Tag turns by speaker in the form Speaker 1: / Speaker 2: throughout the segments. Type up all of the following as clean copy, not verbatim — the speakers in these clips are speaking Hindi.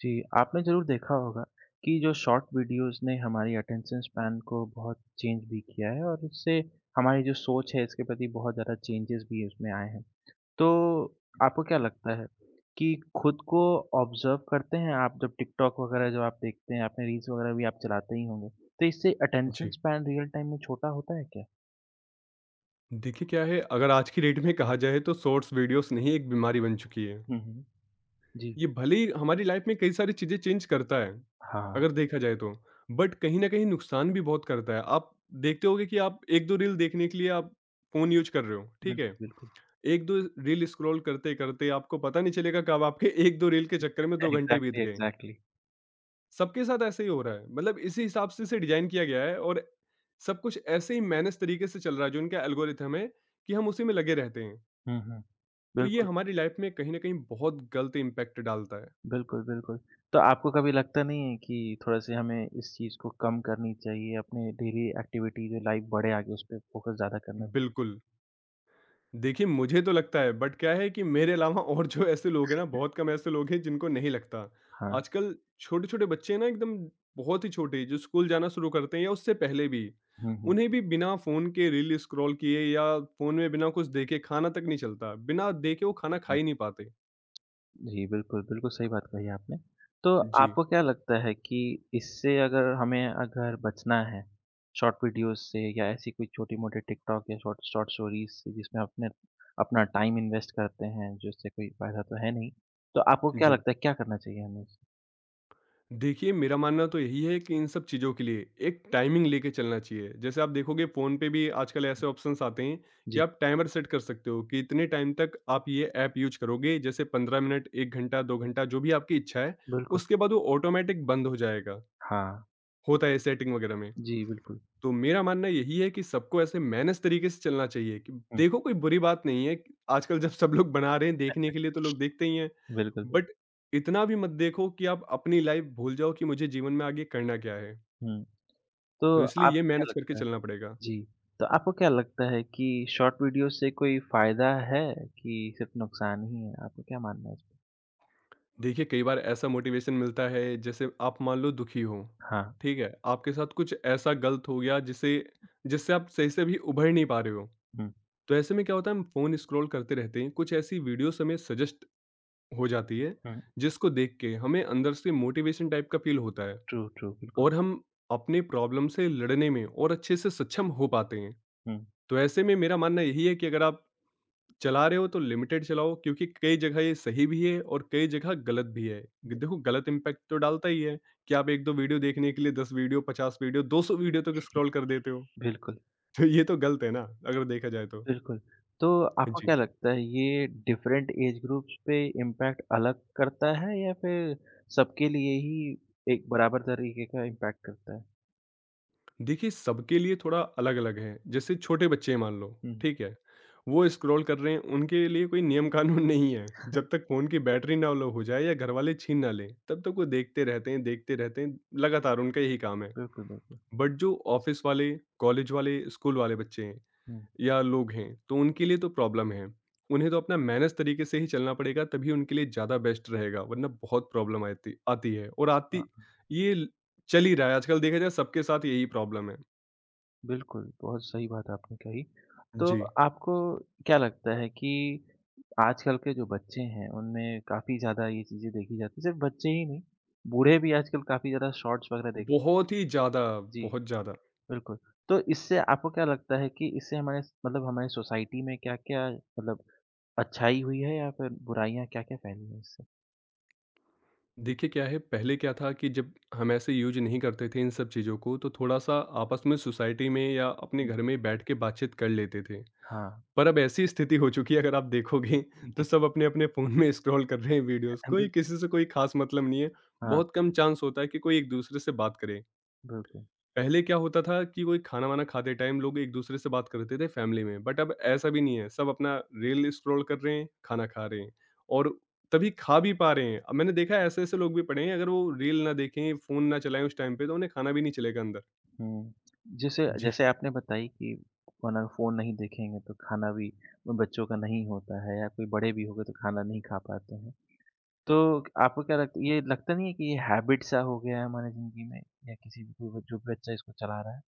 Speaker 1: जी, आपने ज़रूर देखा होगा कि जो शॉर्ट वीडियोस ने हमारी अटेंशन स्पैन को बहुत चेंज भी किया है और इससे हमारी जो सोच है इसके प्रति बहुत ज़्यादा चेंजेस भी उसमें आए हैं। तो आपको क्या लगता है कि खुद को ऑब्ज़र्व करते हैं आप जब टिकटॉक वगैरह जब आप देखते हैं, आपने रील्स वगैरह भी आप चलाते ही होंगे, तो इससे अटेंशन
Speaker 2: जी।
Speaker 1: स्पैन रियल टाइम में छोटा होता है क्या?
Speaker 2: देखिए क्या है, अगर आज की डेट में कहा जाए तो शॉर्ट्स वीडियोज़ नहीं एक बीमारी बन चुकी है।
Speaker 1: हुँ, हुँ। जी।
Speaker 2: ये भले ही हमारी लाइफ में कई सारी चीज़ें चेंज करता है,
Speaker 1: हाँ,
Speaker 2: अगर देखा जाए तो, बट कहीं न कहीं नुकसान भी बहुत करता है। आप देखते होंगे कि आप 1-2 रील देखने के लिए आप फ़ोन यूज़ कर रहे हो, ठीक
Speaker 1: बिल्कुल,
Speaker 2: है?
Speaker 1: बिल्कुल।
Speaker 2: 1-2 रील स्क्रॉल करते-करते आपको पता नहीं चलेगा कब आपके 1-2 रील के चक्कर में 2 घंटे बीत
Speaker 1: एग्ज़ैक्टली,
Speaker 2: गए।
Speaker 1: एग्ज़ैक्टली।
Speaker 2: सबके साथ ऐसे ही हो रहा है, मतलब इसी हिसाब से इसे डिज़ाइन किया गया है और सब कुछ ऐसे ही मैनेज तरीके से चल रहा है जो इनका एल्गोरिथम है, कि हम उसी में लगे रहते हैं।
Speaker 1: हुँ, हुँ।
Speaker 2: तो ये
Speaker 1: बिल्कुल।
Speaker 2: हमारी लाइफ में कहीं न कहीं बहुत गलत इम्पैक्ट डालता है।
Speaker 1: बिल्कुल, बिल्कुल। तो आपको कभी लगता नहीं है कि थोड़ा-सा हमें इस चीज़ को कम करनी चाहिए, अपने डेली एक्टिविटी जो लाइफ बढ़े आगे उस पे फ़ोकस ज़्यादा करना।
Speaker 2: बिल्कुल। देखिए मुझे तो लगता है बट क्या है कि मेरे अलावा और जो ऐसे लोग हैं ना बहुत कम ऐसे लोग हैं जिनको नहीं लगता।
Speaker 1: हाँ।
Speaker 2: आजकल छोटे-छोटे बच्चे हैं ना एकदम बहुत ही छोटे जो स्कूल जाना शुरू करते हैं या उससे पहले भी,
Speaker 1: हुँ, हुँ,
Speaker 2: उन्हें भी बिना फ़ोन के रील स्क्रॉल किए या फ़ोन में बिना कुछ देखे खाना तक नहीं चलता। बिना देखे वो खाना खा
Speaker 1: हुँ।
Speaker 2: ही नहीं पाते।
Speaker 1: जी, बिल्कुल, बिल्कुल सही बात कही आपने। तो
Speaker 2: जी,
Speaker 1: आपको क्या लगता है कि इससे अगर हमें अगर बचना है, शॉर्ट वीडियोज़ से या ऐसी कोई छोटी-मोटी टिकटॉक या शॉर्ट शॉर्ट स्टोरीज़ से जिसमें अपने अपना टाइम इन्वेस्ट करते हैं, जिससे कोई फ़ायदा तो है नहीं। तो आपको क्या
Speaker 2: जी।
Speaker 1: लगता है क्या करना चाहिए हमें? इससे?
Speaker 2: देखिए, मेरा मानना तो यही है कि इन सब चीज़ों के लिए एक टाइमिंग लेके चलना चाहिए। जैसे आप देखोगे फ़ोन पे भी आजकल ऐसे ऑप्शंस आते हैं कि
Speaker 1: जी,
Speaker 2: आप टाइमर सेट कर सकते हो कि इतने टाइम तक आप ये ऐप यूज़ करोगे। जैसे 15 मिनट, 1 घंटा, 2 घंटा जो भी आपकी इच्छा है,
Speaker 1: बिल्कुल।
Speaker 2: उसके बाद वो ऑटोमैटिक बंद हो जाएगा।
Speaker 1: हाँ।
Speaker 2: होता है सेटिंग वगैरह में।
Speaker 1: जी, बिल्कुल।
Speaker 2: तो मेरा मानना यही है कि सबको ऐसे मैनेज तरीके से चलना चाहिए कि
Speaker 1: हुँ,
Speaker 2: देखो कोई बुरी बात नहीं है। आजकल जब सब लोग बना रहे हैं देखने के लिए तो लोग देखते ही हैं,
Speaker 1: बिल्कुल, बिल
Speaker 2: बट इतना भी मत देखो कि आप अपनी लाइफ भूल जाओ कि मुझे जीवन में आगे करना क्या है।
Speaker 1: हुँ, तो
Speaker 2: तो इसलिए ये
Speaker 1: आपको क्या
Speaker 2: मैनेज करके
Speaker 1: लगता है।
Speaker 2: चलना पड़ेगा।
Speaker 1: जी, तो आपको क्या लगता है कि शॉर्ट वीडियो से कोई फ़ायदा है कि सिर्फ़ नुकसान ही है? आपका क्या मानना है इस पे?
Speaker 2: देखिए कई बार ऐसा मोटिवेशन मिलता है जैसे आप मान लो दुखी हो,
Speaker 1: हाँ,
Speaker 2: ठीक है आपके साथ कुछ ऐसा गलत हो गया जिसे जिससे आप सही से भी उभर नहीं पा रहे हो,
Speaker 1: हुँ,
Speaker 2: तो ऐसे में क्या होता है हम फोन स्क्रॉल करते रहते हैं, कुछ ऐसी वीडियोस हमें सजेस्ट हो जाती है,
Speaker 1: हुँ,
Speaker 2: जिसको देख के हमें अंदर से मोटिवेशन टाइप का फील होता है
Speaker 1: ट्रू, ट्रू, बिल्कुल,
Speaker 2: और हम अपने प्रॉब्लम से लड़ने में और अच्छे से सक्षम हो पाते हैं।
Speaker 1: हुँ,
Speaker 2: तो ऐसे में मेरा मानना यही है कि अगर आप चला रहे हो तो लिमिटेड चलाओ, क्योंकि कई जगह ये सही भी है और कई जगह गलत भी है। देखो गलत इम्पैक्ट तो डालता ही है कि आप 1-2 वीडियो देखने के लिए 10 वीडियो, 50 वीडियो, 200 वीडियो तक स्क्रॉल कर देते हो।
Speaker 1: बिल्कुल,
Speaker 2: तो ये तो गलत है ना, अगर देखा जाए तो।
Speaker 1: बिल्कुल। तो
Speaker 2: हाँ
Speaker 1: आपको क्या
Speaker 2: जी।
Speaker 1: लगता है ये डिफरेंट एज ग्रुप्स पे इम्पैक्ट अलग करता है या फिर सबके लिए ही एक बराबर तरीके का इम्पैक्ट करता है?
Speaker 2: देखिए, सबके लिए थोड़ा अलग-अलग है। जैसे छोटे बच्चे हैं मान लो,
Speaker 1: हुँ,
Speaker 2: ठीक है? वो स्क्रॉल कर रहे हैं, उनके लिए कोई नियम-कानून नहीं है। जब तक फ़ोन की बैटरी ना लो हो जाए या घरवाले छीन ना लें, तब तक वो देखते रहते हैं, लगातार उनका यही काम है।
Speaker 1: बिल्कुल, बिल्कुल,
Speaker 2: बट जो ऑफ़िस वाले, कॉलेज वाले, स्कूल वाले बच्चे हैं
Speaker 1: हुँ,
Speaker 2: या लोग हैं, तो उनके लिए तो प्रॉब्लम है। उन्हें तो अपना मैनेज तरीके से ही चलना पड़ेगा, तभी उनके लिए ज़्यादा बेस्ट रहेगा, वरना बहुत प्रॉब्लम आती आती है और आती
Speaker 1: हाँ।
Speaker 2: ये ल चल ही रहा है, आजकल देखा जाए सबके साथ यही प्रॉब्लम है।
Speaker 1: बिल्कुल, बहुत सही बात आपने कही। तो
Speaker 2: जी,
Speaker 1: आपको क्या लगता है कि आजकल के जो बच्चे हैं, उनमें काफ़ी ज़्यादा ये चीज़ें देखी जाती हैं, सिर्फ़ बच्चे ही नहीं, बूढ़े भी आजकल काफ़ी ज़्यादा शॉर्ट्स वग़ैरह देख
Speaker 2: बहुत ही ज़्यादा,
Speaker 1: जी,
Speaker 2: बहुत ज़्यादा।
Speaker 1: बिल्कुल। तो इससे आपको क्या लगता है कि इससे हमारे स मतलब हमारी सोसाइटी में क्या-क्या मतलब अच्छाई हुई है या फिर बुराइयाँ क्या-क्या फैली हैं इससे?
Speaker 2: देखिए क्या है, पहले क्या था कि जब हम ऐसे यूज़ नहीं करते थे इन सब चीज़ों को, तो थोड़ा-सा आपस में सोसाइटी में या अपने
Speaker 1: हुँ,
Speaker 2: घर में बैठ के बातचीत कर लेते थे।
Speaker 1: हाँ।
Speaker 2: पर अब ऐसी स्थिति हो चुकी है अगर आप देखोगे तो सब अपने-अपने फ़ोन में स्क्रॉल कर रहे हैं वीडियोज़, कोई
Speaker 1: बिल्कुल,
Speaker 2: किसी से कोई ख़ास मतलब नहीं है,
Speaker 1: हाँ,
Speaker 2: बहुत कम चांस होता है कि कोई एक-दूसरे से बात करे।
Speaker 1: बिल्कुल।
Speaker 2: पहले क्या होता था कि कोई खाना-वाना खाते टाइम लोग एक-दूसरे से बात करते थे फैमिली में, बट अब ऐसा भी नहीं है। सब अपना रील स्क्रॉल कर रहे हैं, खाना खा रहे हैं और तभी खा भी पा रहे हैं। अब मैंने देखा है ऐसे-ऐसे लोग भी पड़े हैं अगर वो रील ना देखें, फ़ोन ना चलाएँ उस टाइम पे तो उन्हें खाना भी नहीं चलेगा अंदर।
Speaker 1: हुँ, जैसे
Speaker 2: जी,
Speaker 1: जैसे आपने बताई कि वरना फ़ोन नहीं देखेंगे तो खाना भी बच्चों का नहीं होता है या कोई बड़े भी हो गए तो खाना नहीं खा पाते हैं। तो आपको क्या लगता है ये लगता नहीं है कि ये हैबिट सा हो गया है हमारी ज़िंदगी में या किसी भी कोई जो भी बच्चा इसको चला रहा है?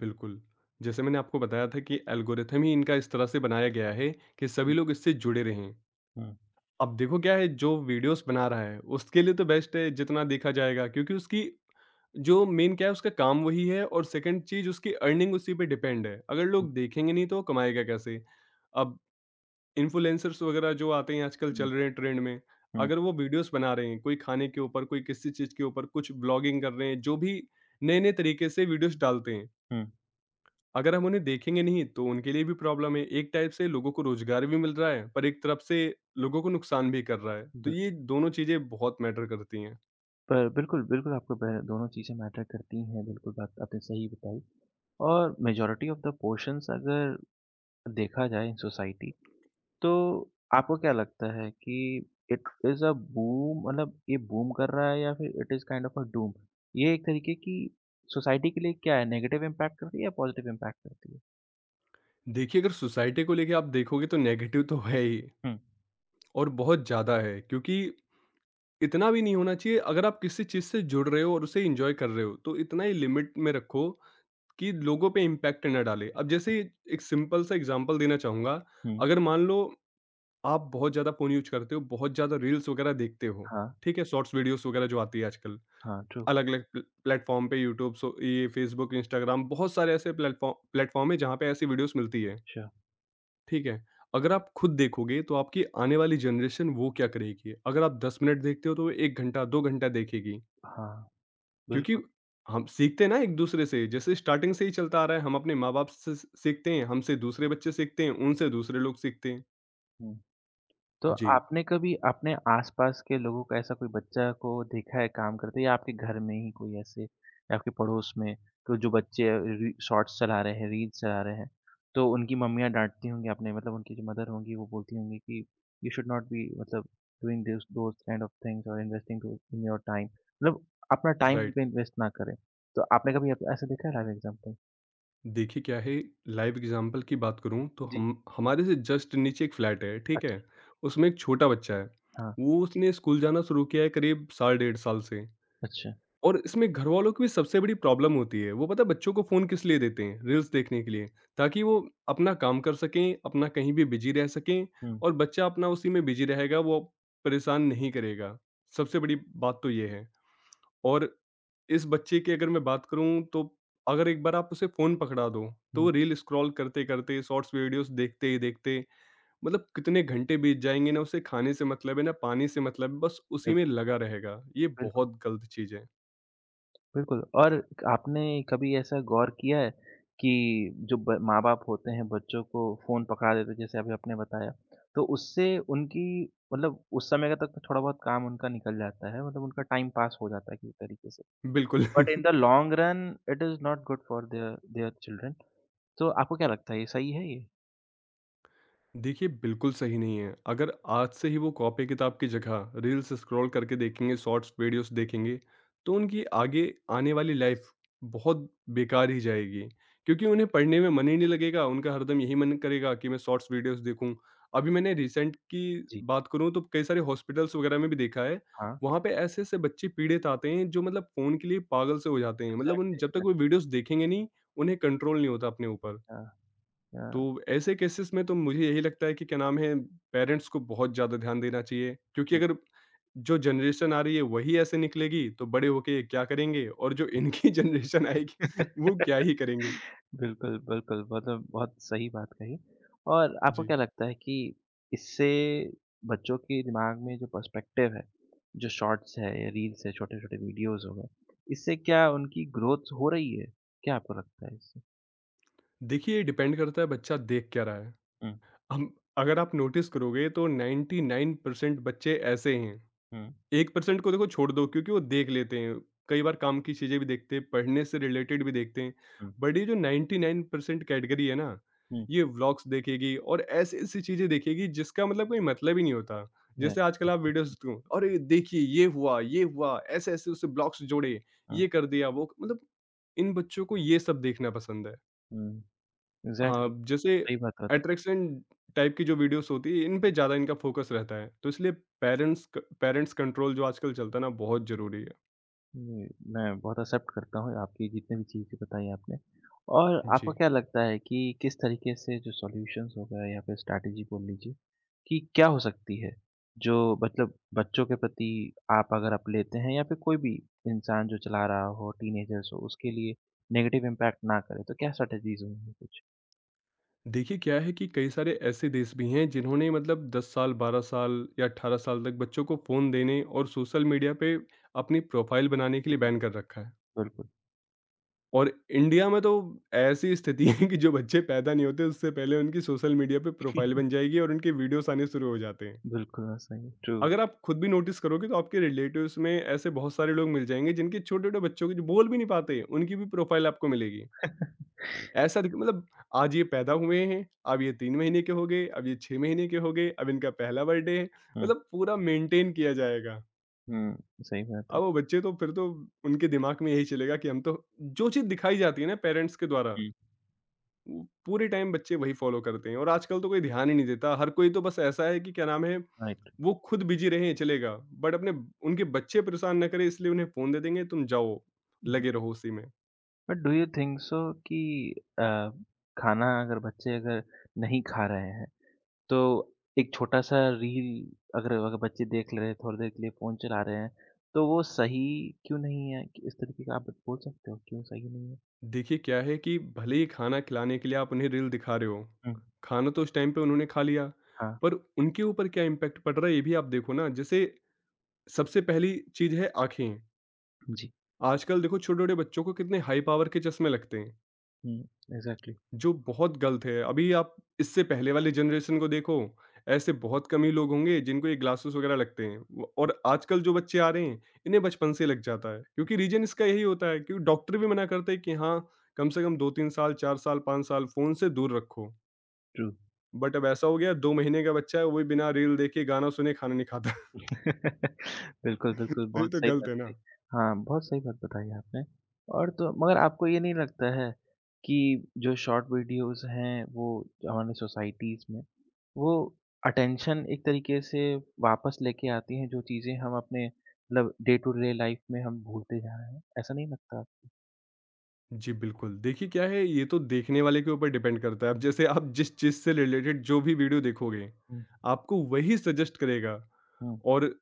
Speaker 2: बिल्कुल। जैसे मैंने आपको बताया था कि एल्गोरिथम ही इनका इस तरह से बनाया गया है कि सभी
Speaker 1: हुँ,
Speaker 2: लोग इससे जुड़े रहें।
Speaker 1: हुँ,
Speaker 2: अब देखो क्या है, जो वीडियोज़ बना रहा है, उसके लिए तो बेस्ट है जितना देखा जाएगा क्योंकि उसकी जो मेन क्या है उसका काम वही है और सेकंड चीज़ उसकी अर्निंग उसी पे डिपेंड है। अगर
Speaker 1: हुँ,
Speaker 2: लोग देखेंगे नहीं तो वो कमाएगा कैसे? अब इन्फ्लुएंसर्स वगैरह जो आते हैं आजकल
Speaker 1: हुँ,
Speaker 2: चल रहे हैं ट्रेंड में,
Speaker 1: हुँ,
Speaker 2: अगर वो वीडियोज़ बना रहे हैं, कोई खाने के ऊपर, कोई किसी चीज़ के ऊपर, कुछ ब्लॉगिंग कर रहे हैं, जो भी नए-नए तरीके से वीडियोज़ डालते हैं।
Speaker 1: हुँ,
Speaker 2: अगर हम उन्हें देखेंगे नहीं तो उनके लिए भी प्रॉब्लम है। एक टाइप से लोगों को रोज़गार भी मिल रहा है, पर एक तरफ से लोगों को नुकसान भी कर रहा है। तो
Speaker 1: बिल
Speaker 2: ये दोनों चीज़ें बहुत मैटर करती हैं।
Speaker 1: बिल्कुल, बिल्कुल आपको ब दोनों चीज़ें मैटर करती हैं, बिल्कुल बात आपने सही बताई और मेजॉरिटी ऑफ द पोर्शंस अगर देखा जाए इन सोसाइटी तो आपको क्या लगता है कि इट इज़ अ बूम मतलब ये बूम कर रहा है या फिर it is kind of a doom? ये एक तरीके की सोसाइटी के लिए क्या है नेगेटिव इम्पैक्ट करती है या पॉजिटिव इम्पैक्ट करती है?
Speaker 2: देखिए, अगर सोसाइटी को लेके आप देखोगे तो नेगेटिव तो है ही
Speaker 1: हुँ,
Speaker 2: और बहुत ज़्यादा है क्योंकि इतना भी नहीं होना चाहिए। अगर आप किसी चीज़ से जुड़ रहे हो और उसे एन्जॉय कर रहे हो तो इतना ही लिमिट में रखो कि लोगों पे इम्पैक्ट ना डाले। अब
Speaker 1: हुँ,
Speaker 2: जैसे एक सिंपल सा एग्ज़ाम्पल देना चाहूँगा,
Speaker 1: हुँ।
Speaker 2: अगर मान लो आप बहुत ज़्यादा फ़ोन यूज़ करते हो, बहुत ज़्यादा रील्स वगैरह देखते हो,
Speaker 1: हाँ,
Speaker 2: ठीक है? शॉर्ट्स वीडियोज़ वगैरह जो आती है आजकल,
Speaker 1: हाँ, ट्रू।
Speaker 2: अलग-अलग प्लेटफ़ॉर्म पे यूट्यूब सो ये फ़ेसबुक, इंस्टाग्राम बहुत सारे ऐसे प्लेटफ़ॉर्म है जहाँ पे ऐसी वीडियोज़ मिलती है,
Speaker 1: अच्छा।
Speaker 2: ठीक है? अगर आप खुद देखोगे तो आपकी आने वाली जनरेशन वो क्या करेगी? अगर आप 10 मिनट देखते हो तो 1 घंटा, 2 घंटा देखेगी
Speaker 1: हाँ,
Speaker 2: क्योंकि
Speaker 1: बिल्कुल।
Speaker 2: हम सीखते हैं ना एक-दूसरे से, जैसे स्टार्टिंग से ही चलता आ रहा है, हम अपने माँ-बाप से स सीखते हैं, हमसे दूसरे बच्चे सीखते हैं, उनसे दूसरे लोग सीखते हैं।
Speaker 1: हम्म। तो
Speaker 2: जी,
Speaker 1: आपने कभी अपने आसपास के लोगों का ऐसा कोई बच्चा को देखा है काम करते या आपके घर में ही कोई ऐसे या आपके पड़ोस में तो जो बच्चे री शॉर्ट्स चला रहे हैं, रील्स चला रहे हैं, तो उनकी मम्मियाँ डाँटती होंगी आपने मतलब उनकी जो मदर होंगी वो बोलती होंगी कि यू शुड नॉट बी मतलब doing this those kind of things और investing to in your time मतलब अपना टाइम
Speaker 2: राइट।
Speaker 1: पे इन्वेस्ट ना करें। तो आपने कभी ऐसा देखा है लाइव एग्ज़ाम्पल?
Speaker 2: देखिए क्या है, लाइव एग्ज़ाम्पल की बात करूँ तो
Speaker 1: जी।
Speaker 2: हम हमारे से जस्ट नीचे एक फ्लैट है, ठीक है?
Speaker 1: अच्छा।
Speaker 2: उसमें एक छोटा बच्चा है,
Speaker 1: हाँ,
Speaker 2: वो उसने स्कूल जाना शुरू किया है करीब साल डेढ़ साल से
Speaker 1: अच्छा।
Speaker 2: और इसमें घरवालों की भी सबसे बड़ी प्रॉब्लम होती है, वो पता है बच्चों को फ़ोन किस लिए देते हैं? रील्स देखने के लिए, ताकि वो अपना काम कर सकें, अपना कहीं भी बिज़ी रह सकें
Speaker 1: हुँ,
Speaker 2: और बच्चा अपना उसी में बिज़ी रहेगा, वो परेशान नहीं करेगा, सबसे बड़ी बात तो ये है। और इस बच्चे की अगर मैं बात करूँ तो अगर एक बार आप उसे फ़ोन पकड़ा दो, तो
Speaker 1: हुँ,
Speaker 2: वो रील स्क्रॉल करते-करते, शॉर्ट्स वीडियोज़ देखते ही देखते मतलब कितने घंटे बीत जाएँगे, ना उसे खाने से मतलब है, ना पानी से मतलब है, बस उसी
Speaker 1: बिल
Speaker 2: में लगा रहेगा। ये
Speaker 1: बिल्कुल।
Speaker 2: बहुत गलत चीज़ है।
Speaker 1: बिल्कुल, और आपने कभी ऐसा गौर किया है कि जो ब माँ-बाप होते हैं, बच्चों को फ़ोन पकड़ा देते हैं, जैसे अभी आपने बताया, तो उससे उनकी मतलब उस समय का तक तो थोड़ा-बहुत काम उनका निकल जाता है, मतलब उनका टाइम पास हो जाता है किसी तरीके से।
Speaker 2: बिल्कुल।
Speaker 1: But in the long run, it is not good for their their children. तो आपको क्या लगता है, ये सही है ये?
Speaker 2: देखिए, बिल्कुल सही नहीं है। अगर आज से ही वो कॉपी किताब की जगह रील्स स्क्रॉल करके देखेंगे, शॉर्ट्स वीडियोज़ देखेंगे, तो उनकी आगे आने वाली लाइफ़ बहुत बेकार ही जाएगी। क्योंकि उन्हें पढ़ने में मन ही नहीं लगेगा, उनका हरदम यही मन करेगा कि मैं शॉर्ट्स वीडियोज़ देखूँ। अभी मैंने रिसेंट की
Speaker 1: जी,
Speaker 2: बात करूँ तो कई सारे हॉस्पिटल्स वगैरह में भी देखा है,
Speaker 1: हाँ।
Speaker 2: वहाँ पे ऐसे-ऐसे बच्चे पीड़ित आते हैं जो मतलब फ़ोन के लिए पागल से हो जाते हैं। मतलब उन
Speaker 1: एग्ज़ैक्टली,
Speaker 2: जब तक
Speaker 1: एग्ज़ैक्ट
Speaker 2: वो वीडियोज़ देखेंगे नहीं, उन्हें कंट्रोल नहीं होता अपने ऊपर।
Speaker 1: हाँ,
Speaker 2: तो ऐसे केसेस में तो मुझे यही लगता है कि क्या नाम है, पेरेंट्स को बहुत ज़्यादा ध्यान देना चाहिए क्योंकि अगर जो जनरेशन आ रही है वही ऐसे निकलेगी तो बड़े होके ये क्या करेंगे और जो इनकी जनरेशन आएगी वो
Speaker 1: हाँ।
Speaker 2: क्या ही करेंगे।
Speaker 1: बिल्कुल, बिल्कुल, मतलब बहुत सही बात कही। और आपको
Speaker 2: जी।
Speaker 1: क्या लगता है कि इससे बच्चों के दिमाग में जो पर्सपेक्टिव है, जो शॉर्ट्स है या रील्स है, छोटे-छोटे वीडियोज़ हो गए, इससे क्या उनकी ग्रोथ हो रही है? क्या आपको लगता है इससे?
Speaker 2: देखिए डिपेंड करता है बच्चा देख क्या रहा है,
Speaker 1: हुँ,
Speaker 2: हम अगर आप नोटिस करोगे तो 99% बच्चे ऐसे हैं,
Speaker 1: हुँ,
Speaker 2: 1% को देखो छोड़ दो क्योंकि वो देख लेते हैं। कई बार काम की चीज़ें भी देखते हैं, पढ़ने से रिलेटेड भी देखते हैं।
Speaker 1: हुँ,
Speaker 2: बट ये जो 99% कैटेगरी है ना,
Speaker 1: हुँ।
Speaker 2: ये व्लॉग्स देखेगी और ऐसी-ऐसी चीज़ें देखेगी जिसका मतलब कोई मतलब ही नहीं होता।
Speaker 1: या
Speaker 2: जैसे आजकल आप
Speaker 1: हुँ,
Speaker 2: वीडियोज़ दो अरे! देखिए ये हुआ, ऐसे-ऐसे उससे ब्लॉक्स जोड़े,
Speaker 1: हुँ,
Speaker 2: ये कर दिया वो मतलब इन बच्चों को ये सब देखना पसंद है।
Speaker 1: हुँ,
Speaker 2: हाँ,
Speaker 1: एग्ज़ैक्टली
Speaker 2: जैसे
Speaker 1: सही बात बत
Speaker 2: अट्रैक्शन टाइप की जो वीडियोज़ होती है, इन पे ज़्यादा इनका फ़ोकस रहता है। तो इसलिए पेरेंट्स कंट्रोल जो आजकल चलता है ना, बहुत ज़रूरी है।
Speaker 1: जी, मैं बहुत एक्सेप्ट करता हूँ आपकी जितने भी चीज़ें बताई आपने। और आपको
Speaker 2: जी।
Speaker 1: क्या लगता है कि किस तरीके से जो सॉल्यूशंस हो गए या फिर स्ट्रैटेजी बोल लीजिए कि क्या हो सकती है? जो मतलब बच्चों के प्रति आप अगर आप लेते हैं या फिर कोई भी इंसान जो चला रहा हो, टीनेजर्स हो, उसके लिए नेगेटिव इम्पैक्ट ना करे, तो क्या स्ट्रैटेजीज़ होंगी कुछ?
Speaker 2: देखिए, क्या है कि कई सारे ऐसे देश भी हैं, जिन्होंने मतलब 10 साल, 12 साल या 18 साल तक बच्चों को फ़ोन देने और सोशल मीडिया पे अपनी प्रोफ़ाइल बनाने के लिए बैन कर रखा है।
Speaker 1: बिल्कुल।
Speaker 2: और इंडिया में तो ऐसी स्थिति है कि जो बच्चे पैदा नहीं होते, उससे पहले उनकी सोशल मीडिया पे प्रोफ़ाइल बन जाएगी और उनके वीडियोज़ आने शुरू हो जाते हैं।
Speaker 1: बिल्कुल, हाँ, सही ट्रू।
Speaker 2: अगर आप खुद भी नोटिस करोगे तो आपके रिलेटिव्स में ऐसे बहुत सारे लोग मिल जाएँगे जिनके छोटे-छोटे बच्चों की जो बोल भी नहीं पाते, उनकी भी प्रोफ़ाइल आपको मिलेगी। ऐसा दिख मतलब आज ये पैदा हुए हैं, अब ये 3 महीने के हो गए, अब ये 6 महीने के हो गए, अब इनका पहला बर्थडे है,
Speaker 1: हुँ,
Speaker 2: मतलब पूरा मेंटेन किया जाएगा।
Speaker 1: हुँ, सही बात है।
Speaker 2: अब वो बच्चे तो फिर तो उनके दिमाग में यही चलेगा कि हम तो जो चीज़ दिखाई जाती है ना पेरेंट्स के द्वारा
Speaker 1: हुँ,
Speaker 2: वो पूरे टाइम बच्चे वही फ़ॉलो करते हैं और आजकल तो कोई ध्यान ही नहीं देता। हर कोई तो बस ऐसा है कि क्या नाम है,
Speaker 1: राइट।
Speaker 2: वो खुद बिज़ी रहें चलेगा, बट अपने उनके बच्चे परेशान ना करें इसलिए उन्हें फ़ोन दे देंगे, तुम जाओ, लगे रहो उसी में।
Speaker 1: But do you think so कि अ, खाना अगर बच्चे अगर नहीं खा रहे हैं तो एक छोटा सा रील अगर अगर बच्चे देख ले रहे हैं थोड़ी देर के लिए फ़ोन चला रहे हैं तो वो सही क्यों नहीं है? कि इस तरीके का आप बोल सकते हो क्यों सही नहीं है?
Speaker 2: देखिए क्या है कि भले ही खाना खिलाने के लिए आप उन्हें रील दिखा रहे हो,
Speaker 1: हुँ।
Speaker 2: खाना तो उस टाइम पे उन्होंने खा लिया,
Speaker 1: हाँ,
Speaker 2: पर उनके ऊपर क्या इम्पैक्ट पड़ रहा है ये भी आप देखो ना। जैसे सबसे पहली चीज़ है आँखें,
Speaker 1: जी।
Speaker 2: आजकल देखो छोटे-छोटे बच्चों को कितने हाई पावर के चश्मे लगते हैं।
Speaker 1: हुँ, एग्ज़ैक्टली,
Speaker 2: जो बहुत गलत है। अभी आप इससे पहले वाले जनरेशन को देखो, ऐसे बहुत कम ही लोग होंगे जिनको ये ग्लासेस वगैरह लगते हैं व और आजकल जो बच्चे आ रहे हैं, इन्हें बचपन से लग जाता है। क्योंकि रीज़न इसका यही होता है क्योंकि डॉक्टर भी मना करते हैं कि हाँ, कम से कम 2-3 साल, 4 साल, 5 साल फ़ोन से दूर रखो।
Speaker 1: ट्रू।
Speaker 2: बट अब ऐसा हो गया 2 महीने का बच्चा है, वो भी बिना रील देखे, गाना सुने, खाना नहीं खाता।
Speaker 1: बिल्कुल, बिल्कुल,
Speaker 2: तो ये
Speaker 1: बहुत
Speaker 2: तो
Speaker 1: सही
Speaker 2: गलत
Speaker 1: बात
Speaker 2: है
Speaker 1: कही।
Speaker 2: ना।
Speaker 1: हाँ, बहुत सही बात बताई आपने और तो मगर आपको ये नहीं लगता है कि जो शॉर्ट वीडियोज़ हैं, वो हमारी सोसाइटीज़ में, वो अटेंशन एक तरीके से वापस लेके आती हैं, जो चीज़ें हम अपने मतलब डे टू डे लाइफ में हम भूलते जा रहे हैं, ऐसा नहीं लगता?
Speaker 2: जी, बिल्कुल। देखिए क्या है, ये तो देखने वाले के ऊपर डिपेंड करता है। अब जैसे आप जिस चीज़ से रिलेटेड जो भी वीडियो देखोगे,
Speaker 1: हुँ,
Speaker 2: आपको वही सजेस्ट करेगा
Speaker 1: हुँ,
Speaker 2: और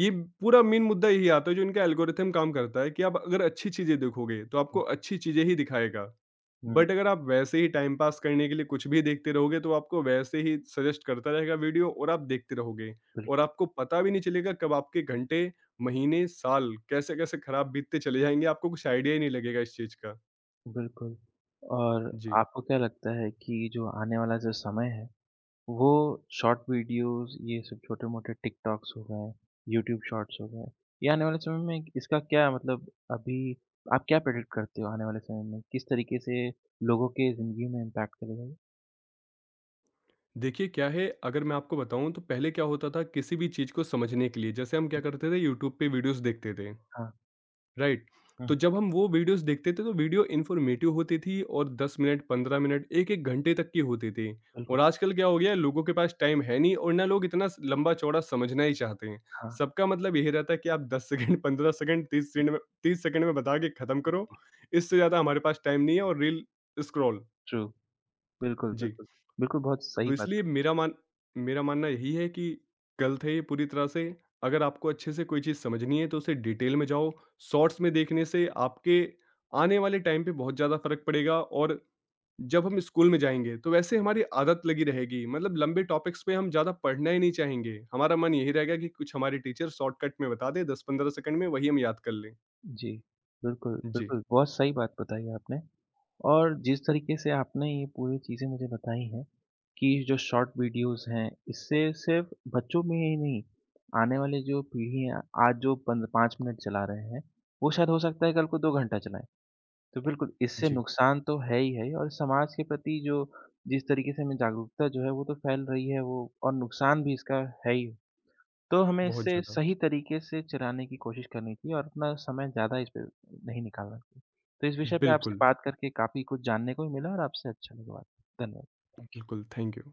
Speaker 2: ये पूरा मेन मुद्दा यही आता है जो इनका एल्गोरिथम काम करता है कि आप अगर अच्छी चीज़ें देखोगे, तो आपको
Speaker 1: हुँ,
Speaker 2: अच्छी चीज़ें ही दिखाएगा।
Speaker 1: हुँ,
Speaker 2: बट अगर आप वैसे ही टाइम पास करने के लिए कुछ भी देखते रहोगे, तो आपको वैसे ही सजेस्ट करता रहेगा वीडियो और आप देखते रहोगे
Speaker 1: बिल्कुल,
Speaker 2: और आपको पता भी नहीं चलेगा कब आपके घंटे, महीने, साल कैसे-कैसे खराब बीतते चले जाएँगे, आपको कुछ आइडिया ही नहीं लगेगा इस चीज़ का।
Speaker 1: बिल्कुल और
Speaker 2: जी।
Speaker 1: आपको क्या लगता है कि जो आने वाला जो समय है वो शॉर्ट वीडियोज़ ये सब छोटे-मोटे टिकटॉक्स हो गए, यूट्यूब शॉर्ट्स हो गए, ये आने वाले समय में इसका क्या मतलब अभी आप क्या प्रेडिक्ट करते हो आने वाले समय में? किस तरीके से लोगों के ज़िंदगी में इम्पैक्ट करेगा ये?
Speaker 2: देखिए क्या है, अगर मैं आपको बताऊँ तो पहले क्या होता था किसी भी चीज़ को समझने के लिए जैसे हम क्या
Speaker 1: हुँ,
Speaker 2: करते थे यूट्यूब पे वीडियोज़ देखते थे,
Speaker 1: हाँ,
Speaker 2: राइट?
Speaker 1: हुँ,
Speaker 2: तो जब हम वो वीडियोज़ देखते थे तो वीडियो इन्फॉर्मेटिव होती थी और 10 मिनट, 15 मिनट, 1-1 घंटे तक की होती थी।
Speaker 1: बिल्कुल,
Speaker 2: और आजकल क्या हो गया है लोगों के पास टाइम है नहीं और ना लोग इतना स लंबा-चौड़ा समझना ही चाहते हैं।
Speaker 1: हाँ,
Speaker 2: सबका मतलब यही रहता है कि आप 10 सेकंड, 15 सेकंड, 30 सेकंड में बता के खत्म करो,
Speaker 1: जी,
Speaker 2: इससे ज़्यादा हमारे पास टाइम नहीं है और रील स्क्रॉल।
Speaker 1: ट्रू, बिल्कुल,
Speaker 2: जी।
Speaker 1: बिल्कुल। बिल्कुल, बहुत सही
Speaker 2: तो
Speaker 1: बात।
Speaker 2: इसलिए मेरा मानना यही है कि गलत है ये पूरी तरह से। अगर आपको अच्छे से कोई चीज़ समझनी है तो उसे डिटेल में जाओ। शॉर्ट्स में देखने से आपके आने वाले टाइम पे बहुत ज़्यादा फ़र्क पड़ेगा और जब हम स्कूल में जाएँगे तो वैसे हमारी आदत लगी रहेगी। मतलब लंबे टॉपिक्स पे हम ज़्यादा पढ़ना ही नहीं चाहेंगे। हमारा मन यही रहेगा कि कुछ हमारे टीचर शॉर्टकट में बता दें 10-15 सेकंड में वही हम याद कर लें।
Speaker 1: जी, बिल्कुल,
Speaker 2: जी,
Speaker 1: बिल्कुल, बहुत सही बात बताई आपने। और जिस तरीके से आपने ये पूरी चीज़ें मुझे बताई हैं, कि जो शॉर्ट वीडियोज़ हैं, इससे सिर्फ़ बच्चों में ही नहीं, आने वाली जो पीढ़ी है, आज जो पन 5 मिनट चला रहे हैं, वो शायद हो सकता है कल को 2 घंटा चलाएँ। तो बिल्कुल, इससे
Speaker 2: जी।
Speaker 1: नुकसान तो है ही है और समाज के प्रति जो जिस तरीके से हमें जागरूकता जो है, वो तो फैल रही है वो और नुकसान भी इसका है ही तो हमें
Speaker 2: बहुत
Speaker 1: इससे
Speaker 2: ज़्यादा।
Speaker 1: सही तरीके से चलाने की कोशिश करनी चाहिए और अपना समय ज़्यादा इस पे नहीं निकालना चाहिए। तो इस विषय पे आपसे
Speaker 2: बिल्कुल,
Speaker 1: बात करके काफ़ी कुछ जानने को भी मिला और आपसे अच्छा लगा बात। धन्यवाद। Thank you.
Speaker 2: बिल्कुल। Thank you.